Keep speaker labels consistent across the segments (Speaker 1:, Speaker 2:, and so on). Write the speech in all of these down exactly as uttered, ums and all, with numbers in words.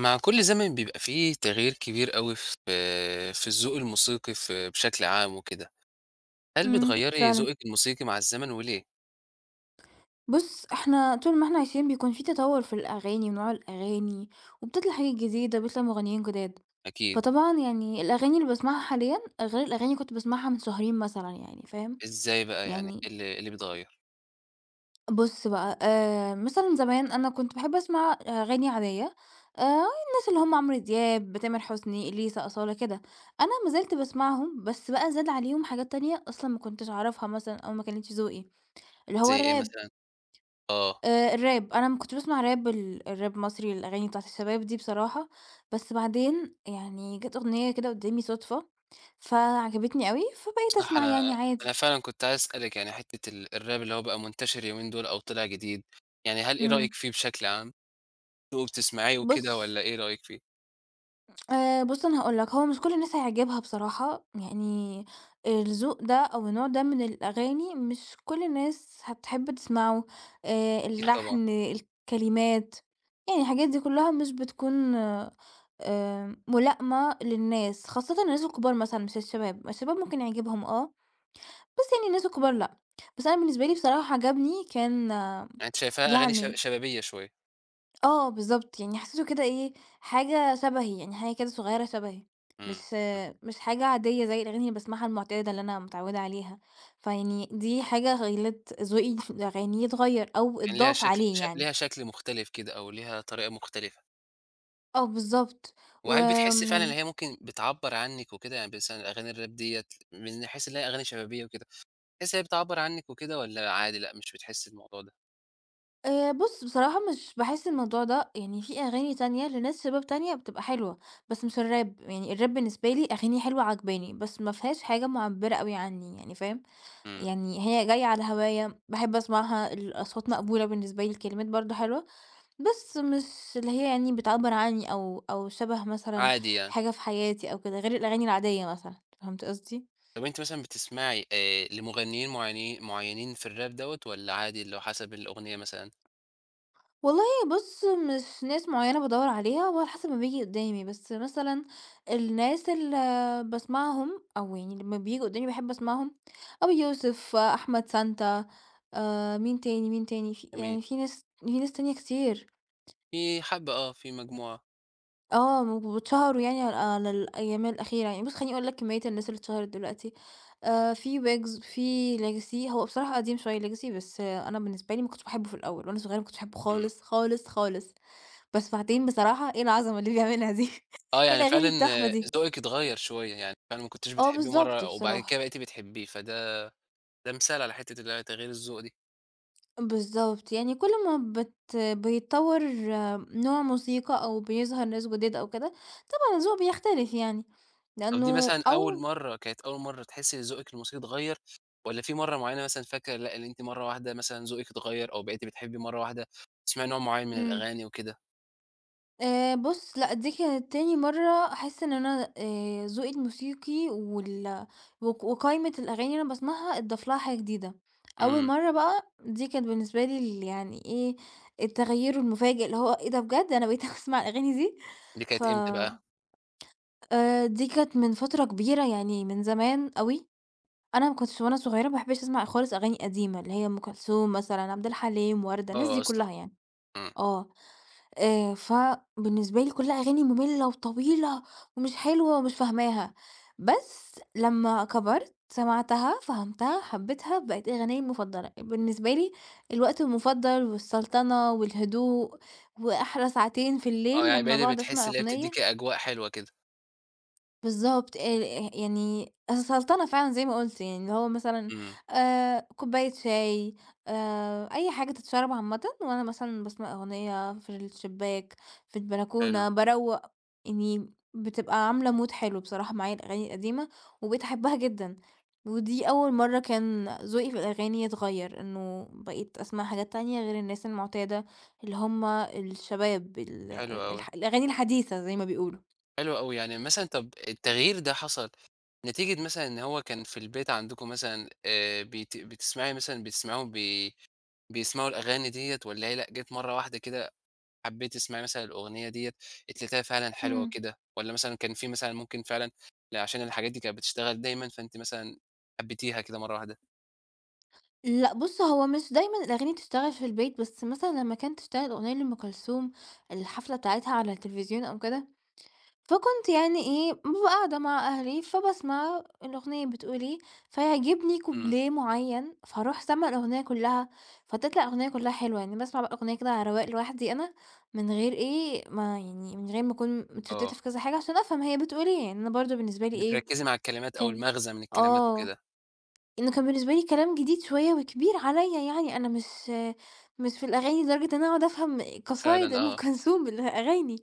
Speaker 1: مع كل زمن بيبقى فيه تغيير كبير أوي في في الذوق الموسيقي في بشكل عام وكده، هل
Speaker 2: إمم،
Speaker 1: بتغيّري
Speaker 2: فعلًا.
Speaker 1: ذوقِك الموسيقي مع الزمن وليه؟
Speaker 2: بُص، إحنا طول ما إحنا عايشين بيكون في تطوّر في الأغاني ونوع الأغاني، وبتطلع حاجات جديدة، بيطلع مغنيين جداد.
Speaker 1: أكيد.
Speaker 2: فطبعًا يعني الأغاني اللي باسمعها حاليًا غير الأغاني كنت باسمعها من شهرين مثلًا يعني، فاهم؟
Speaker 1: إزاي بقى؟ يعني
Speaker 2: يعني
Speaker 1: إيه اللي إيه اللي بيتغيّر؟
Speaker 2: بُص بقى، آآ مثلًا زمان أنا كنت باحب أسمع أغاني عادية، آآ الناس اللي هم عمرو دياب، تامر حسني، إليسا، أصالة كده. أنا ما زلت باسمعهم، بس بقى زاد عليهم حاجات تانية أصلًا ما كنتش أعرفها مثلًا أو ما كانتش ذوقي، اللي هو
Speaker 1: زي إيه
Speaker 2: الراب.
Speaker 1: مثلًا؟ آه،
Speaker 2: آآ الراب، أنا م كنت باسمع راب ال الراب المصري، الأغاني بتاعة الشباب دي بصراحة، بس بعدين يعني جات أغنية كده قدّامي صدفة، فعجبتني أوي، فبقيت
Speaker 1: صح.
Speaker 2: أسمع يعني
Speaker 1: أنا أنا
Speaker 2: عادي.
Speaker 1: فعلًا كنت عايز أسألِك يعني حتّة ال الراب اللي هو بقى منتشر اليومين دول أو طلع جديد، يعني هل إيه
Speaker 2: إمم.
Speaker 1: رأيِك فيه بشكل عام؟ ذوقه بتسمعيه وكده
Speaker 2: بُص
Speaker 1: والّا إيه رأيِك فيه؟
Speaker 2: آآ بُص أنا هاقول لك، هو مش كل الناس هيعجبها بصراحة، يعني الذوق ده أو النوع ده من الأغاني مش كل الناس هتحب تسمعه، آآ
Speaker 1: أكيد طبعًا.
Speaker 2: اللحن، الكلمات، يعني الحاجات دي كلها مش بتكون آآ ملائمة للناس، خاصةً الناس الكبار مثلًا مش الشباب، الشباب ممكن يعجبهم آه، بس يعني الناس الكبار لأ. بس أنا بالنسبة لي بصراحة عجبني كان آه،
Speaker 1: يعني أنتِ شايفاها أغاني ش
Speaker 2: يعني
Speaker 1: شبابية شوية،
Speaker 2: آه بالضبط، يعني حسّيته كده إيه، حاجة شبهي، يعني حاجة كده صغيّرة شبهي، مش
Speaker 1: إمم. إمم.
Speaker 2: مش حاجة عادية زي الأغاني اللي باسمعها المعتادة اللي أنا متعوّدة عليها، فيعني دي حاجة خلّت ذوقي في الأغاني يتغيّر أو
Speaker 1: يعني ليها
Speaker 2: اتضاف
Speaker 1: شكل
Speaker 2: عليه
Speaker 1: ش
Speaker 2: يعني.
Speaker 1: ليها شكل مختلف كده أو ليها طريقة مختلفة.
Speaker 2: آه بالضبط،
Speaker 1: وهل بتحسّي
Speaker 2: وآمم
Speaker 1: فعلًا إن
Speaker 2: يعني
Speaker 1: هي ممكن بتعبّر عنِّك وكده؟ يعني مثلًا أغاني الراب ديّة من حيث إن هي أغاني شبابية وكده، بتحسّي إن هي بتعبّر عنِّك وكده والّا عادي لأ مش بتحسّي الموضوع ده؟
Speaker 2: آآ بُص بصراحة مش باحس الموضوع ده يعني في أغاني تانية لناس شباب تانية بتبقى حلوة، بس مش الراب، يعني الراب بالنسبة لي أغاني حلوة عاجباني، بس ما فيهاش حاجة مُعبّرة أوي عني يعني، فاهم؟
Speaker 1: إمم.
Speaker 2: يعني هي جاية على هوايا، باحب أسمعها، الأصوات مقبولة بالنسبة لي، الكلمات برضه حلوة، بس مش اللي هي يعني بتعبّر عني أو أو شبه مثلًا
Speaker 1: عادي يعني.
Speaker 2: حاجة في حياتي أو كده، غير الأغاني العادية مثلًا، فهمت قصدي؟
Speaker 1: طَب أنتِ مثلًا بتسمعي آآ لمغنيين معيني معيّنين في الراب دوّة والّا عادي اللي هو حسب الأغنية مثلًا؟
Speaker 2: والله بُص، مش ناس معيّنة بادوّر عليها، هو على حسب ما بييجي قدّامي، بس مثلًا الناس اللي باسمعهم أو يعني لمّا بييجوا قدّامي باحب أسمعهم، أبي يوسف، أحمد سانتا، آآ مين تاني، مين تاني، في
Speaker 1: جميل.
Speaker 2: يعني في ناس في ناس تانية كتير.
Speaker 1: في حبّة آه، في مجموعة.
Speaker 2: آه، م واتشهروا يعني على الأيام الأخيرة، يعني بُص خلّيني أقول لك كمية الناس اللي اتشهرت دلوقتي، آآ في ويجز، في legacy. هو بصراحة قديم شوية legacy، بس آه أنا بالنسبة لي ما كنتش باحبه في الأول، وأنا صغيرة ما كنتش باحبه
Speaker 1: إمم.
Speaker 2: خالص، خالص، خالص، بس بعدين بصراحة إيه العظمة اللي بيعملها دي!
Speaker 1: آه،
Speaker 2: إيه
Speaker 1: يعني
Speaker 2: الأغاني
Speaker 1: فعلًا
Speaker 2: التحفة
Speaker 1: آه،
Speaker 2: دي!
Speaker 1: ذوقِك اتغيّر شوية، يعني فعلًا ما كنتيش
Speaker 2: آه
Speaker 1: بتحبّيه
Speaker 2: بالضبط
Speaker 1: مرّة وبعد كده
Speaker 2: بصراحة،
Speaker 1: بقيتِ بتحبّيه، فده ده مثال على حتّة اللي هي تغيير الذوق دي.
Speaker 2: بالضبط، يعني كل ما بت بيتطور آه، نوع موسيقى أو بيظهر ناس جداد أو كده، طبعًا الذوق بيختلف يعني،
Speaker 1: طب دي
Speaker 2: لأنه
Speaker 1: مثلًا أول
Speaker 2: أو.
Speaker 1: مرّة، كانت أول مرّة تحسّي إن ذوقِك الموسيقي اتغيّر، والّا في مرّة معيّنة مثلًا فاكرة لأ، اللي أنتِ مرّة واحدة مثلًا ذوقِك اتغيّر أو بقيتِ بتحبّي مرّة واحدة تسمعي نوع معيّن من
Speaker 2: إمم.
Speaker 1: الأغاني وكده؟
Speaker 2: آآ بُص، لأ دي كانت تاني مرّة أحس إن أنا آآ ذوقي الموسيقي وال وق وقايمة الأغاني اللي أنا باسمعها اتضاف لها حاجة جديدة. أول
Speaker 1: إمم.
Speaker 2: مرّة بقى دي كانت بالنسبة لي ال يعني إيه، التغيّر المفاجئ اللي هو إيه ده بجد! أنا بقيت أسمع الأغاني دي!
Speaker 1: دي
Speaker 2: ف
Speaker 1: كانت إمتى بقى؟
Speaker 2: آآ دي كانت من فترة كبيرة يعني من زمان أوي، أنا ما كنتش وأنا صغيرة ما باحبش أسمع خالص أغاني قديمة، اللي هي أم كلثوم مثلًا، عبد الحليم، وردة، الناس
Speaker 1: آه
Speaker 2: دي
Speaker 1: أصلًا.
Speaker 2: كلّها يعني.
Speaker 1: إمم.
Speaker 2: آه. آآ فبالنسبة لي كلّها أغاني مملة وطويلة ومش حلوة ومش فاهماها، بس لمّا كبرت سمعتها، فهمتها، حبيتها، بقت أغنيّة المفضلة. بالنسبة لي الوقت المفضل والسلطنة والهدوء وأحلى ساعتين في
Speaker 1: آه،
Speaker 2: الليل
Speaker 1: يعني
Speaker 2: لمّا
Speaker 1: بقيتِ
Speaker 2: باقعد
Speaker 1: بتحسّي
Speaker 2: أسمع
Speaker 1: اللي هي بتدّيكِ
Speaker 2: أغنية.
Speaker 1: أجواء حلوة كده،
Speaker 2: بالضبط، آآ يعني السلطنة فعلًا زي ما قُلت، يعني اللي هو مثلًا
Speaker 1: إمم.
Speaker 2: آآ كوباية شاي، آآ أي حاجة تتشرب عامةً، وأنا مثلًا باسمع أغنية في الشباك، في
Speaker 1: حلو.
Speaker 2: البلكونة، باروّق، يعني بتبقى عاملة mood حلو بصراحة معايا الأغاني القديمة، وبقيت أحبها جدًا، ودي أول مرّة كان ذوقي في الأغاني يتغيّر، إنه بقيت أسمع حاجات تانية غير الناس المعتادة اللي هم الشباب ال
Speaker 1: حلو
Speaker 2: ال-
Speaker 1: أوي.
Speaker 2: الح الأغاني الحديثة زي ما بيقولوا.
Speaker 1: حلو أوي، يعني مثلًا طب التغيير ده حصل نتيجة مثلًا إن هو كان في البيت عندكم مثلًا آآ بت بتسمعي مثلًا بتسمعيهم بي بيسمعوا الأغاني ديّة والّا هي لأ، جات مرّة واحدة كده حبّيتِ تسمعي مثلًا الأغنية ديّة، أنتِ لقيتيها فعلًا حلوة
Speaker 2: إمم.
Speaker 1: وكده، والّا مثلًا كان في مثلًا ممكن فعلًا لأ عشان الحاجات دي كانت بتشتغل دايمًا، فأنتِ مثلًا حبّيتيها كده مرّة واحدة؟
Speaker 2: لأ بُص، هو مش دايمًا الأغاني تشتغل في البيت، بس مثلًا لمّا كانت تشتغل أغنية لأم كلثوم، الحفلة بتاعتها على التلفزيون أو كده، فكنت يعني إيه، بابقى قاعدة مع أهلي، فباسمع الأغنية بتقول إيه، فيعجبني
Speaker 1: إمم.
Speaker 2: كوبليه معيّن، فاروح سامعة الأغنية كلّها، فتطلع الأغنية كلّها حلوة، يعني باسمع بقى الأغنية كده على رواق لوحدي أنا، من غير إيه، ما يعني من غير ما أكون
Speaker 1: آه،
Speaker 2: متشتتة في كذا حاجة، عشان أفهم هي بتقول إيه، يعني أنا برضه بالنسبة لي إيه،
Speaker 1: بتركّزي مع الكلمات أو
Speaker 2: كان
Speaker 1: المغزى من الكلمات
Speaker 2: آه.
Speaker 1: وكده،
Speaker 2: إنه كان بالنسبة لي كلام جديد شوية وكبير عليّا يعني، أنا مش مش في الأغاني لدرجة إن أنا أقعد أفهم قصايد
Speaker 1: فعلًا
Speaker 2: أم
Speaker 1: آه.
Speaker 2: كلثوم بالأغاني.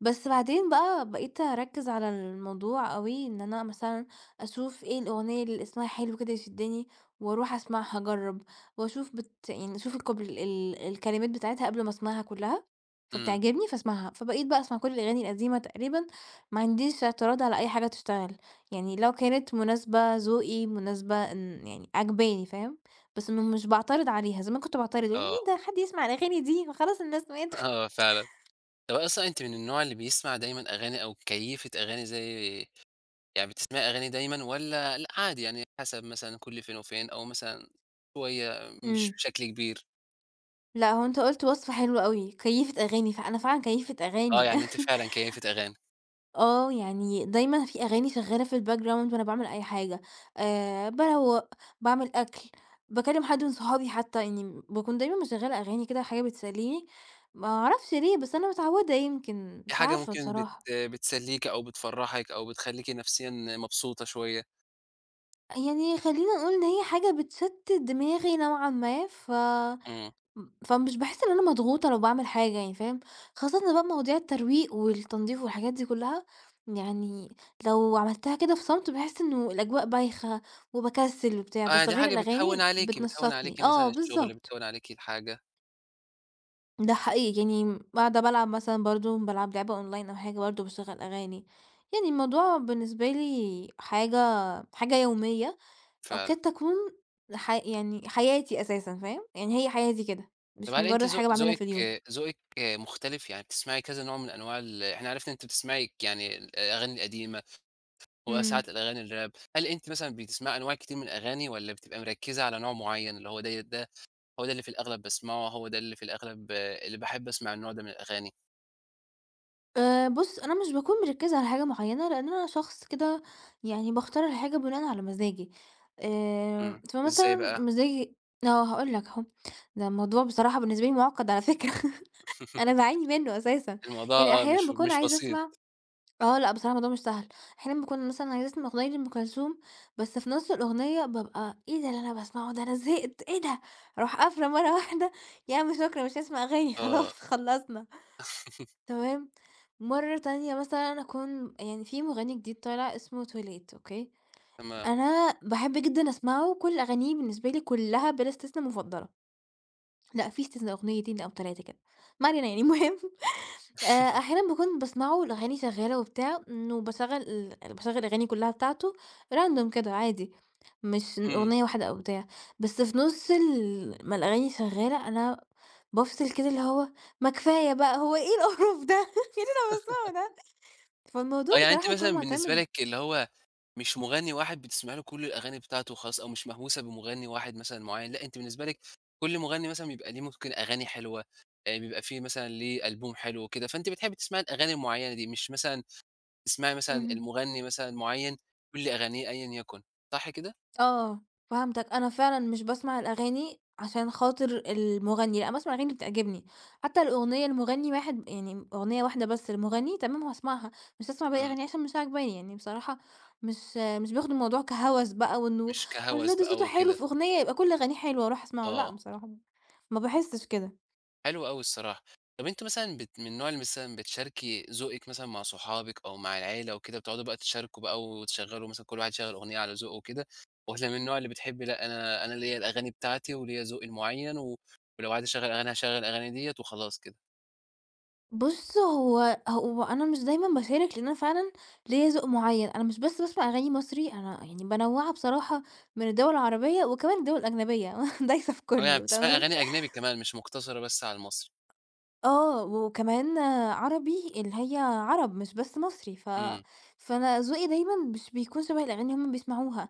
Speaker 2: بس بعدين بقى بقيت أركّز على الموضوع أوي، إن أنا مثلًا أشوف إيه الأغنية اللي اسمها حلو كده يشدّني وأروح أسمعها أجرّب، وأشوف بت يعني أشوف الكوبل ال الكلمات بتاعتها قبل ما أسمعها كلّها،
Speaker 1: إمم.
Speaker 2: فبتعجبني فاسمعها، فبقيت بقى أسمع كل الأغاني القديمة تقريبا، ما عنديش اعتراض على أي حاجة تشتغل، يعني لو كانت مناسبة ذوقي، مناسبة إن يعني عاجباني فاهم؟ بس م مش باعترض عليها، زمان كنت باعترض، إيه
Speaker 1: آه.
Speaker 2: ده حد يسمع الأغاني دي ما خلاص الناس ماتوا.
Speaker 1: آه فعلًا. طَب أصلًا أنتِ من النوع اللي بيسمع دايمًا أغاني أو كيّفة أغاني زي يعني بتسمعي أغاني دايمًا والّا لأ عادي يعني حسب مثلًا كل فين وفين أو مثلًا شوية مش
Speaker 2: إمم.
Speaker 1: بشكل كبير؟
Speaker 2: لأ، هو أنت قُلت وصف حلو أوي، كيّفة أغاني، فأنا فعلًا كيّفة
Speaker 1: آه،
Speaker 2: أغاني.
Speaker 1: يعني أنتِ فعلًا كيّفة أغاني.
Speaker 2: آه، يعني دايمًا في أغاني شغّالة في الbackground وأنا باعمل أي حاجة، آآ باروّق، باعمل أكل، باكلّم حد من صحابي حتى، يعني باكون دايمًا مشغّلة أغاني كده حاجة بتسلّيني، ما أعرفش ليه، بس أنا متعوّدة يمكن،
Speaker 1: دي
Speaker 2: مش
Speaker 1: حاجة
Speaker 2: عارفة
Speaker 1: ممكن بت
Speaker 2: بصراحة،
Speaker 1: بتسلّيكِ أو بتفرّحِك أو بتخلّيكِ نفسيًا مبسوطة شوية.
Speaker 2: يعني خلّينا نقول إن هي حاجة بتشتِّت دماغي نوعًا ما. ف
Speaker 1: إمم.
Speaker 2: إمم، فمش باحس إن أنا مضغوطة لو باعمل حاجة يعني فاهم، خاصةً إن بقى مواضيع الترويق والتنضيف والحاجات دي كلها، يعني لو عملتها كده في صمت باحس إنه الأجواء بايخة وباكسل وبتاع،
Speaker 1: آه،
Speaker 2: بس
Speaker 1: دي
Speaker 2: غير
Speaker 1: حاجة بتهوّن
Speaker 2: الأغاني
Speaker 1: عليكِ، بتهوّن
Speaker 2: بتنشطني،
Speaker 1: عليكِ
Speaker 2: آه
Speaker 1: مثلًا الشغل،
Speaker 2: بالضبط،
Speaker 1: بتهوّن عليكِ الحاجة
Speaker 2: ده حقيقي يعني قاعدة بالعب مثلًا برضه بالعب لعبة أونلاين أو حاجة برضه باشغّل أغاني، يعني الموضوع بالنسبة لي حاجة حاجة يومية،
Speaker 1: فعلًا.
Speaker 2: أوقات تكون ح يعني حياتي أساسًا فاهم، يعني هي حياتي كده،
Speaker 1: طب
Speaker 2: مش
Speaker 1: هل أنتِ
Speaker 2: مجرد
Speaker 1: ذو
Speaker 2: حاجة باعملها في اليوم.
Speaker 1: ذوقِك ذوقِك مختلف؟ يعني بتسمعي كذا نوع من أنواع ال إحنا عرفنا إن أنتِ بتسمعي يعني الأغاني القديمة
Speaker 2: إمم.
Speaker 1: وساعات الأغاني الراب، هل أنتِ مثلًا بتسمعي أنواع كتير من الأغاني والّا بتبقى مركّزة على نوع معيّن، اللي هو ديّة ده هو ده اللي في الأغلب باسمعه، هو ده اللي في الأغلب اللي باحب أسمع النوع ده من الأغاني؟
Speaker 2: آآ بُص، أنا مش باكون مركّزة على حاجة معيّنة، لإن أنا شخص كده يعني باختار الحاجة بناءً على مزاجي، آآ
Speaker 1: إمم. إزاي
Speaker 2: فمثلًا
Speaker 1: بقى؟
Speaker 2: مزاجي آه، هاقول لك أهو، ده الموضوع بصراحة بالنسبة لي معقّد على فكرة. أنا باعاني منّه أساسًا،
Speaker 1: الموضوع
Speaker 2: يعني
Speaker 1: آه،
Speaker 2: أحيانًا
Speaker 1: مش
Speaker 2: باكون
Speaker 1: مش
Speaker 2: عايزة
Speaker 1: بسيط.
Speaker 2: أسمع آه، لأ بصراحة الموضوع مش سهل، أحيانًا باكون مثلًا عايزة أسمع أغنية لأم كلثوم، بس في نُص الأغنية بابقى إيه ده اللي أنا باسمعه ده، أنا زهقت، إيه ده، أروح قافلة مرّة واحدة، يا عم شكرًا مش هاسمع أغاني
Speaker 1: آه،
Speaker 2: خلاص خلّصنا. تمام، مرّة تانية مثلًا أكون يعني في مغني جديد طالع اسمه توليت أوكي،
Speaker 1: تمام.
Speaker 2: أنا باحب جدًا أسمعه كل أغانيه بالنسبة لي كلّها بلا استثنا مفضلة، لأ في استثنا أغنيتين أو ثلاثة كده، ما علينا يعني. المهم آآ، أحيانًا باكون باسمعه الأغاني شغّالة وبتاع إمم، وباشغّل ال باشغّل الأغاني كلّها بتاعته random كده عادي، مش
Speaker 1: إمم.
Speaker 2: أغنية واحدة أو بتاع، بس في نُص ال ما الأغاني شغّالة أنا بافصل كده اللي هو ما كفاية بقى هو إيه القرف ده؟ مين اللي بيسمعه ده؟
Speaker 1: آه،
Speaker 2: فالموضوع
Speaker 1: يعني أنتِ
Speaker 2: بصراحة
Speaker 1: مثلًا
Speaker 2: يكون
Speaker 1: بالنسبة
Speaker 2: معتمد.
Speaker 1: لِك اللي هو مش مغني واحد بتسمعي له كل الأغاني بتاعته وخلاص أو مش مهووسة بمغني واحد مثلًا معيّن، لأ أنتِ بالنسبة لِك كل مغني مثلًا بيبقى ليه ممكن أغاني حلوة، آآ، بيبقى فيه مثلًا ليه ألبوم حلو وكده، فأنتِ بتحبي تسمعي الأغاني المعيّنة دي، مش مثلًا تسمعي مثلًا
Speaker 2: اهم.
Speaker 1: المغني مثلًا معيّن كل أغانيه أيًا يكن، صح كده؟
Speaker 2: آه، فهمتك، أنا فعلًا مش باسمع الأغاني عشان خاطر المغني، لأ باسمع الأغاني اللي بتعجبني، حتى الأغنية لمغني واحد يعني أغنية واحدة بس لمغني تمام هاسمعها، مش هاسمع باقي
Speaker 1: إمم.
Speaker 2: أغانيه عشان مش عاجباني، يعني بصراحة مش مش باخد الموضوع كهوس بقى وإنه
Speaker 1: مش
Speaker 2: الله
Speaker 1: كهوس
Speaker 2: ده
Speaker 1: بقى
Speaker 2: صوته حلو
Speaker 1: وكده.
Speaker 2: في أغنية يبقى كل أغانيه حلوة أروح أسمعه، لأ
Speaker 1: آه.
Speaker 2: بصراحة ما باحسش كده.
Speaker 1: حلو أوي الصراحة. طَب أنتِ مثلًا بت من النوع اللي مثلًا بتشاركي ذوقِك مثلًا مع صحابِك أو مع العيلة وكده، بتقعدوا بقى تشاركوا بقى وتشغّلوا مثلًا كل واحد يشغّل أغنية على ذوقه وكده، والّا من النوع اللي بتحبي لأ، أنا أنا ليّا الأغاني بتاعتي وليّا ذوقي المُعيّن و ولو عايز أشغّل أغاني هاشغّل الأغاني ديّة وخلاص كده؟
Speaker 2: بُص، هو هو أنا مش دايمًا باشارك لأن أنا فعلًا ليّا ذوق معيّن، أنا مش بس باسمع أغاني مصري، أنا يعني بانوّعها بصراحة من الدول العربية وكمان الدول الأجنبية دايسة في
Speaker 1: آه، يعني
Speaker 2: كُلّه
Speaker 1: بتسمعي
Speaker 2: تمام،
Speaker 1: أغاني أجنبي كمان مش مُقتصرة بس على المصري.
Speaker 2: آه، وكمان عربي اللي هي عرب مش بس مصري. ف
Speaker 1: إمم.
Speaker 2: فأنا ذوقي دايمًا مش بيكون شبه الأغاني اللي هُم بيسمعوها،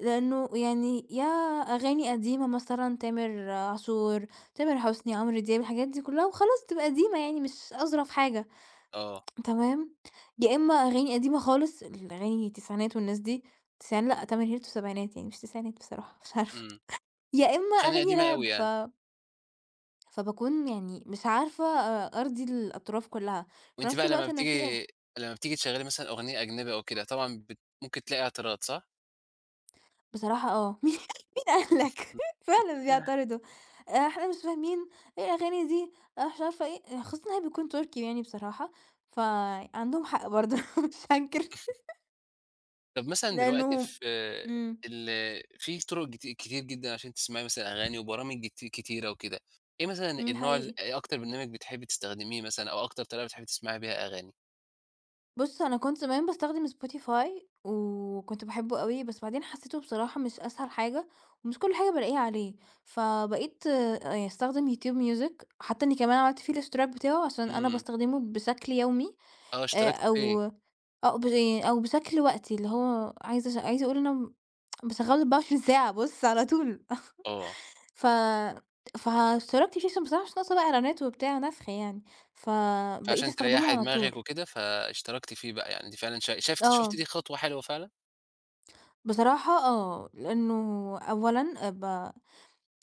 Speaker 2: لأنه يعني يا أغاني قديمة مثلًا تامر عاشور، تامر حسني، عمرو دياب، الحاجات دي كُلّها وخلاص بتبقى قديمة يعني مش أظرف حاجة.
Speaker 1: آه.
Speaker 2: تمام، يا إما أغاني قديمة خالص، الأغاني التسعينات والناس دي، تسعين لأ، تمانينات وسبعينات يعني مش تسعينات بصراحة، مش عارفة،
Speaker 1: إمم.
Speaker 2: يا إما
Speaker 1: أغاني
Speaker 2: أغاني
Speaker 1: قديمة
Speaker 2: راب.
Speaker 1: أوي
Speaker 2: ف
Speaker 1: يعني.
Speaker 2: فباكون يعني مش عارفة أ أرضي الأطراف كلّها، في
Speaker 1: وأنتِ
Speaker 2: نفس
Speaker 1: بقى لمّا
Speaker 2: الوقت أنا في أغ
Speaker 1: بتيجي لمّا بتيجي تشغّلي مثلًا أغنية أجنبي أو كده، طبعًا بت ممكن تلاقي اعتراض صح؟
Speaker 2: بصراحة آه، مين مين قال لك. فعلًا بيعترضوا، آآ إحنا مش فاهمين، إيه الأغاني دي، أنا مش عارفة إيه، خصوصًا إن هي بتكون تركي يعني بصراحة، فعندهم حق برضه مش هانكر،
Speaker 1: طب مثلًا دلوقتي
Speaker 2: لإنه
Speaker 1: في
Speaker 2: إمم،
Speaker 1: ال في طرق جت كتير جدًا عشان تسمعي مثلًا أغاني وبرامج جت كتيرة وكده، إيه مثلًا
Speaker 2: إمم،
Speaker 1: النوع
Speaker 2: حقيقي.
Speaker 1: ال إيه أكتر برنامج بتحبي تستخدميه مثلًا أو أكتر طريقة بتحبي تسمعي بيها أغاني؟
Speaker 2: بُص، أنا كنت زمان باستخدم spotify وكنت باحبه أوي، بس بعدين حسيته بصراحة مش أسهل حاجة، ومش كل حاجة بالاقيها عليه، فبقيت آآ أستخدم YouTube music، حتى إني كمان عملت فيه الاشتراك بتاعه عشان أنا
Speaker 1: إمم.
Speaker 2: باستخدمه بشكل يومي،
Speaker 1: آه
Speaker 2: آآ
Speaker 1: اشتركتِ فيه.
Speaker 2: أو أو ب أو بشكل وقتي، اللي هو عايزة عايزة أقول أنا باشغّله 24 ساعة بُص على طول.
Speaker 1: آه،
Speaker 2: ف فاشتركت فيه عشان بصراحة مش ناقصة بقى إعلانات وبتاع نفخ يعني، فبقيت
Speaker 1: فعشان
Speaker 2: أستخدمه
Speaker 1: تريحي
Speaker 2: على طول.
Speaker 1: دماغِك وكده فاشتركتِ فيه بقى، يعني أنتِ فعلًا شا شافتِ شُفتِ
Speaker 2: آه.
Speaker 1: دي خطوة حلوة فعلًا؟
Speaker 2: بصراحة آه، لأنه أولًا آه، ب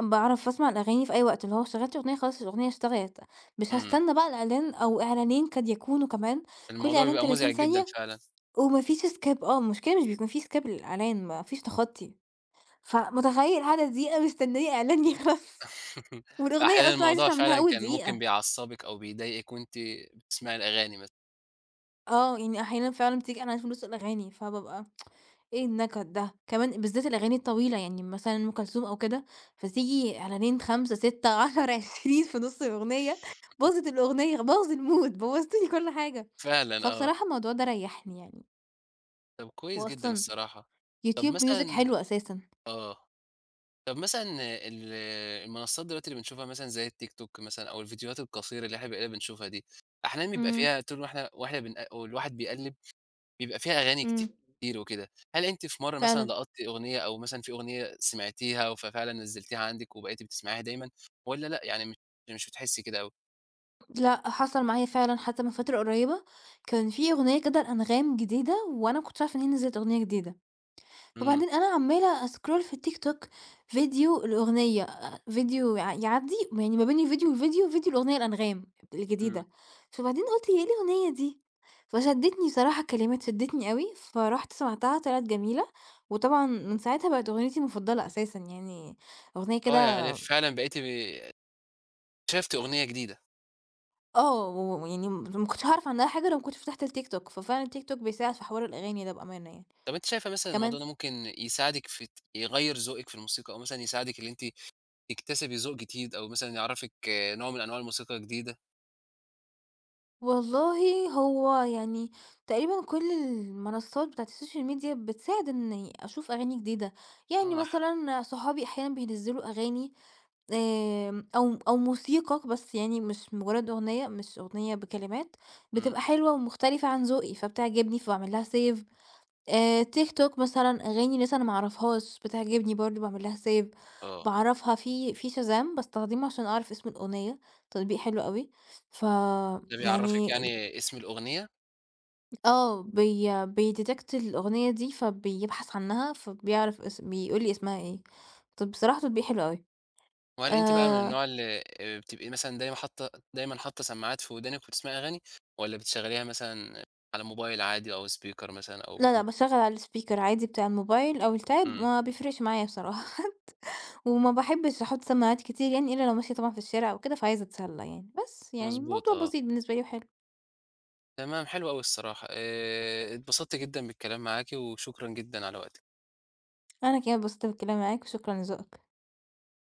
Speaker 2: باعرف أسمع الأغاني في أي وقت، اللي هو شغّلت أغنية خلاص الأغنية اشتغلت، مش
Speaker 1: إمم.
Speaker 2: هاستنى بقى الإعلان أو إعلانين قد يكونوا كمان، كل
Speaker 1: الموضوع
Speaker 2: إعلان
Speaker 1: بيبقى
Speaker 2: 30
Speaker 1: مزعج جدًا
Speaker 2: ثانية
Speaker 1: فعلًا.
Speaker 2: وما فيش skip آه، المشكلة مش بيكون في skip للإعلان ما فيش تخطي، فمتخيّل قاعدة دقيقة مستنية إعلان يخلص والأغنية
Speaker 1: أحيانًا
Speaker 2: أصلًا عايزة
Speaker 1: الموضوع
Speaker 2: أسمع منها
Speaker 1: فعلًا
Speaker 2: أول
Speaker 1: كان ممكن
Speaker 2: دقيقة،
Speaker 1: بيعصّبِك أو بيضايقِك وأنتِ بتسمعي الأغاني مثلًا،
Speaker 2: آه، يعني أحيانًا فعلًا بتيجي إعلانات في نُص الأغاني، فبابقى إيه النكد ده! كمان بالذات الأغاني الطويلة، يعني مثلًا أم كلثوم أو كده، فتيجي إعلانين خمسة، ستة، عشرة، عشرين في نُص الأغنية، باظت الأغنية، باظ الmood، بوّظت لي كل حاجة.
Speaker 1: فعلًا آه.
Speaker 2: فبصراحة الموضوع ده ريّحني يعني،
Speaker 1: طب كويس جدًا
Speaker 2: وأصلًا
Speaker 1: الصراحة. طب
Speaker 2: YouTube Music
Speaker 1: مثلًا
Speaker 2: حلو أساسًا.
Speaker 1: آه. طب مثلًا ال المنصات دلوقتي اللي بنشوفها مثلًا زي التيك توك مثلًا أو الفيديوهات القصيرة اللي إحنا بقينا بنشوفها دي، أحيانًا بيبقى
Speaker 2: إمم،
Speaker 1: فيها طول ما إحنا وإحنا بن والواحد بيقلِّب بيبقى فيها أغاني
Speaker 2: إمم،
Speaker 1: كتير وكده. هل أنتِ في مرّة مثلًا
Speaker 2: فعلًا.
Speaker 1: لقطتِ أغنية أو مثلًا في أغنية سمعتيها ففعلًا نزّلتيها عندِك وبقيتِ بتسمعيها دايمًا والّا لأ، يعني مش مش بتحسّي كده أوي؟
Speaker 2: لأ، حصل معايا فعلًا حتى من فترة قريّبة، كان في أغنية كده لأنغام جديدة وأنا ما كنتش عارفة إن هي نزلت أغنية جديدة.
Speaker 1: إمم.
Speaker 2: وبعدين أنا عمّالة أscroll في التيك توك، فيديو الأغنية آآ فيديو يع يعدّي يعني ما بين الفيديو والفيديو، فيديو الأغنية الأنغام
Speaker 1: إمم.
Speaker 2: الجديدة، فبعدين قُلت هي إيه الأغنية دي؟ فشدّتني صراحة الكلمات شدّتني أوي، فرُحت سمعتها طلعت جميلة، وطبعًا من ساعتها بقت أغنيتي المفضلة أساسًا يعني أغنية
Speaker 1: آه. يعني
Speaker 2: كده.
Speaker 1: فعلًا بقيتِ ب اكتشفتِ أغنية جديدة.
Speaker 2: آه، ويعني ما كنتش هاعرف عنها حاجة لو ما كنتش فتحت التيك توك، ففعلًا التيك توك بيساعد في حوار الأغاني ده بأمانة يعني.
Speaker 1: طب أنتِ شايفة مثلًا الموضوع
Speaker 2: كمان
Speaker 1: ده ممكن يساعدِك في ت يغيّر ذوقِك في الموسيقى أو مثلًا يساعدِك اللي أنتِ تكتسبي ذوق جديد أو مثلًا يعرّفِك آه، نوع من أنواع الموسيقى جديدة؟
Speaker 2: والله هو يعني تقريبًا كل المنصات بتاعة السوشيال ميديا بتساعد إني أشوف أغاني جديدة، يعني
Speaker 1: آه، ح
Speaker 2: مثلًا صحابي أحيانًا بينزّلوا أغاني آمم، أو أو موسيقى بس يعني مش مجرد أغنية، مش أغنية بكلمات،
Speaker 1: إمم.
Speaker 2: بتبقى حلوة ومختلفة عن ذوقي فبتعجبني فباعمل لها save. آآ، تيك توك مثلًا أغاني لسه أنا ما أعرفهاش بتعجبني برضه باعمل لها save،
Speaker 1: آه،
Speaker 2: باعرفها في في Shazam باستخدمه عشان أعرف اسم الأغنية، تطبيق حلو أوي. ف
Speaker 1: ده بيعرّفِك
Speaker 2: يعني
Speaker 1: يعني اسم الأغنية،
Speaker 2: آه، بي بيdetect الأغنية دي، فبيبحث عنها، فبيعرف اس بيقول لي اسمها إيه. طب بصراحة تطبيق حلو أوي.
Speaker 1: وهل أنتِ بقى من
Speaker 2: آآ
Speaker 1: النوع اللي آآ بتبقي مثلًا دايمًا حاطة دايمًا حاطة سماعات في ودانِك وبتسمعي أغاني، والّا بتشغّليها مثلًا على موبايل عادي أو speaker مثلًا أو
Speaker 2: لا، لأ، باشغّل على الspeaker عادي بتاع الموبايل أو الTab
Speaker 1: إمم.
Speaker 2: ما بيفرقش معايا بصراحة، وما باحبش أحُط سماعات كتير يعني إلا لو ماشية طبعًا في الشارع أو كده، فعايزة أتسلّى يعني. بس يعني
Speaker 1: مضبوط
Speaker 2: الموضوع
Speaker 1: آه.
Speaker 2: بسيط بالنسبة لي وحلو.
Speaker 1: تمام حلو أوي الصراحة. آآ اتبسطت جدًا بالكلام معاكِ وشكرًا جدًا على وقتِك.
Speaker 2: أنا كمان اتبسطت بالكلام معاك وشكرًا لذوقك.